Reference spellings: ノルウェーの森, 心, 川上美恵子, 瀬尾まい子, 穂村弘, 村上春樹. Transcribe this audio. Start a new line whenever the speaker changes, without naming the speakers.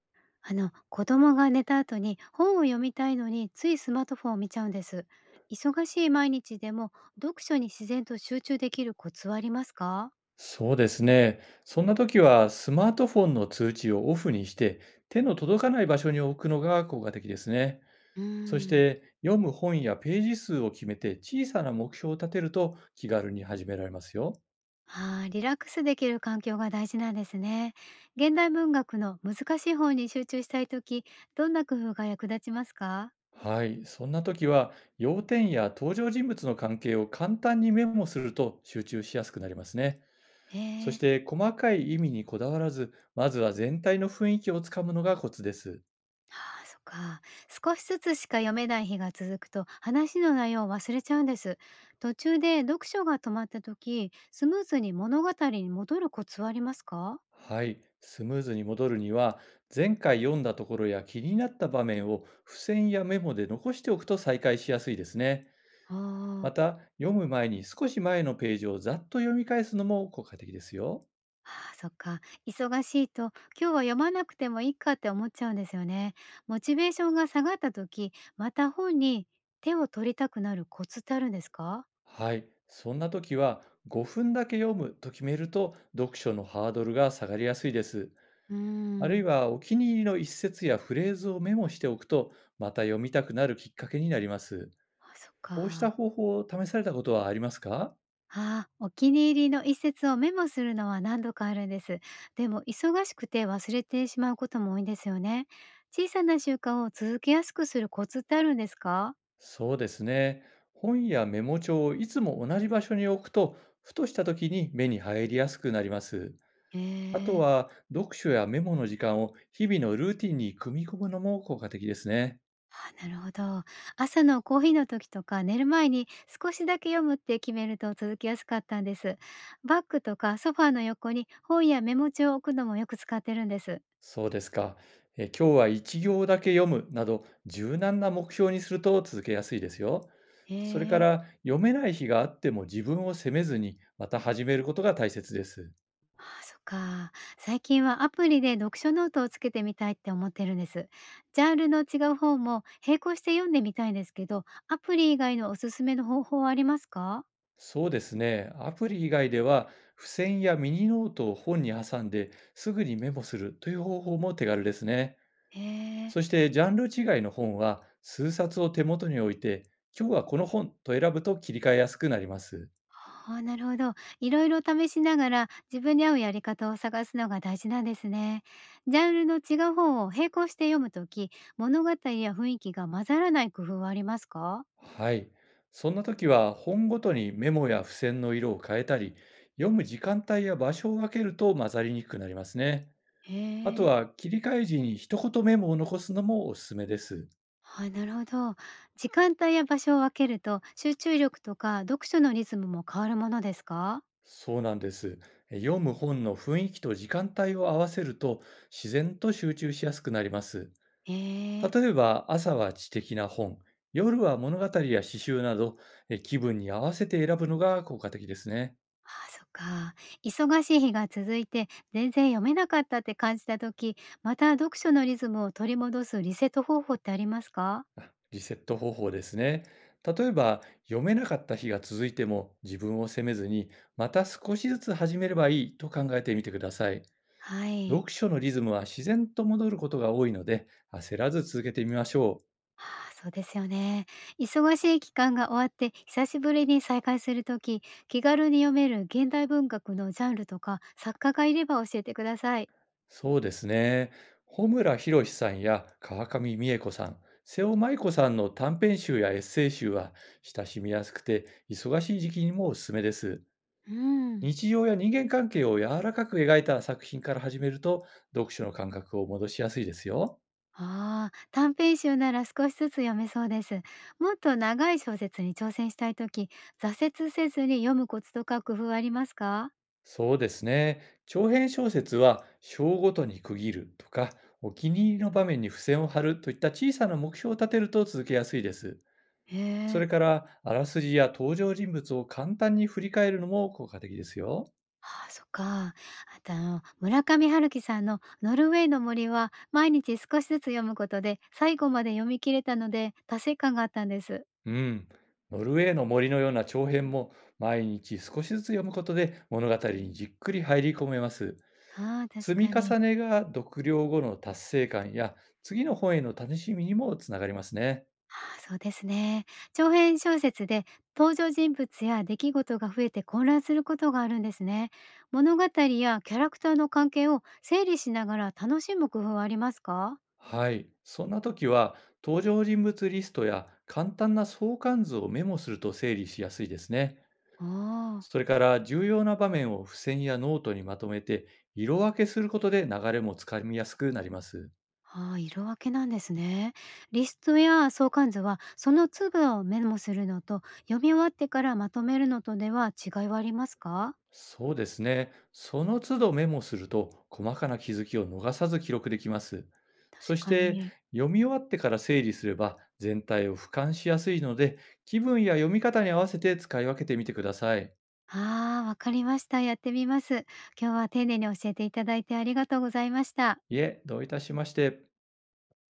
あの子供が寝た後に本を読みたいのについスマートフォンを見ちゃうんです。忙しい毎日でも読書に自然と集中できるコツはありますか？
そうですね。そんな時はスマートフォンの通知をオフにして、手の届かない場所に置くのが効果的ですね。
うー
そし
ん、
て読む本やページ数を決めて小さな目標を立てると気軽に始められますよ。
あーリラックスできる環境が大事なんですね。現代文学の難しい本に集中したいとき、どんな工夫が役立ちますか？
はい。そんな時は、要点や登場人物の関係を簡単にメモすると集中しやすくなりますね。
へ
そし
え。
て、細かい意味にこだわらず、まずは全体の雰囲気をつかむのがコツです。
ああ、そっか。少しずつしか読めない日が続くと話の内容を忘れちゃうんです。途中で読書が止まった時、スムーズに物語に戻るコツはありますか？
はい、スムーズに戻るには、前回読んだところや気になった場面を付箋やメモで残しておくと再開しやすいですね。
あー
ま
あー、
た、読む前に少し前のページをざっと読み返すのも効果的ですよ。
あそっか。忙しいと今日は読まなくてもいいかって思っちゃうんですよね。モチベーションが下がった時、また本に手を取りたくなるコツってあるんですか？
はい、そんな時は5分だけ読むと決めると、読書のハードルが下がりやすいです。
うー
あるい
ん。
は、お気に入りの一節やフレーズをメモしておくと、また読みたくなるきっかけになります。
あ、そっ
こうした
か。
方法を試されたことはありますか？
ああ、お気に入りの一節をメモするのは何度かあるんです。でも忙しくて忘れてしまうことも多いんですよね。小さな習慣を続けやすくするコツってあるんですか？
そうですね。本やメモ帳をいつも同じ場所に置くと、ふとした時に目に入りやすくなります。
へ
あと
え。
は、読書やメモの時間を日々のルーティンに組み込むのも効果的ですね。
あなるほど。朝のコーヒーの時とか寝る前に少しだけ読むって決めると続きやすかったんです。バッグとかソファーの横に本やメモ帳を置くのもよく使ってるんです。
そうですか。今日は一行だけ読むなど、柔軟な目標にすると続けやすいですよ。
へ
それか
え。
ら、読めない日があっても自分を責めずに、また始めることが大切です。
ああ、そっか。最近はアプリで読書ノートをつけてみたいって思ってるんです。ジャンルの違う本も並行して読んでみたいんですけど、アプリ以外のおすすめの方法はありますか？
そうですね。アプリ以外では、付箋やミニノートを本に挟んですぐにメモするという方法も手軽ですね。
へえ。
そして、ジャンル違いの本は、数冊を手元に置いて、今日はこの本と選ぶと切り替えやすくなります。
ああ、なるほど。いろいろ試しながら自分に合うやり方を探すのが大事なんですね。ジャンルの違う本を並行して読むとき、物語や雰囲気が混ざらない工夫はありますか？
はい。そんな時は、本ごとにメモや付箋の色を変えたり、読む時間帯や場所を分けると混ざりにくくなりますね。
へ
あと
え。
は、切り替え時に一言メモを残すのもおすすめです。
はい、なるほど。時間帯や場所を分けると、集中力とか読書のリズムも変わるものですか？
そうなんです。読む本の雰囲気と時間帯を合わせると、自然と集中しやすくなります。
ええ。
例えば、朝は知的な本、夜は物語や詩集など、気分に合わせて選ぶのが効果的ですね。
ああ、そっか。忙しい日が続いて、全然読めなかったって感じた時、また読書のリズムを取り戻すリセット方法ってありますか？
あ、リセット方法ですね。例えば、読めなかった日が続いても自分を責めずに、また少しずつ始めればいいと考えてみてください。
はい。
読書のリズムは自然と戻ることが多いので、焦らず続けてみましょう。
ああ、そうですよね。忙しい期間が終わって、久しぶりに再会する時、気軽に読める現代文学のジャンルとか、作家がいれば教えてください。
そうですね。穂村弘さんや川上美恵子さん、瀬尾まい子さんの短編集やエッセイ集は、親しみやすくて忙しい時期にもおすすめです。
うん。
日常や人間関係を柔らかく描いた作品から始めると、読書の感覚を戻しやすいですよ。
ああ、短編集なら少しずつ読めそうです。もっと長い小説に挑戦したいとき、挫折せずに読むコツとか工夫はありますか？
そうですね。長編小説は章ごとに区切るとか、お気に入りの場面に付箋を貼るといった小さな目標を立てると続けやすいです。
へ
そ
え、
れから、あらすじや登場人物を簡単に振り返るのも効果的ですよ。
ああ、そっか。あと村上春樹さんのノルウェーの森は毎日少しずつ読むことで最後まで読み切れたので達成感があったんです。
うん。ノルウェーの森のような長編も、毎日少しずつ読むことで物語にじっくり入り込めます。
ああ、確
積み
かに。
重ねが読了後の達成感や、次の本への楽しみにもつながりますね。
ああ、そうですね。長編小説で登場人物や出来事が増えて混乱することがあるんですね。物語やキャラクターの関係を整理しながら楽しむ工夫はありますか？
はい。そんな時は、登場人物リストや簡単な相関図をメモすると整理しやすいですね。
あーあ
それから、重要な場面を付箋やノートにまとめて色分けすることで、流れもつかみやすくなります。
ー、あ色分けなんですね。リストや相関図はその都度をメモするのと読み終わってからまとめるのとでは違いはありますか？
そうですね。その都度メモすると、細かな気づきを逃さず記録できます。
確
そし
か
て、
に。
読み終わってから整理すれば全体を俯瞰しやすいので、気分や読み方に合わせて使い分けてみてください。
ああ、わかりました。やってみます。今日は丁寧に教えていただいてありがとうございました。
いえ、どういたしまして。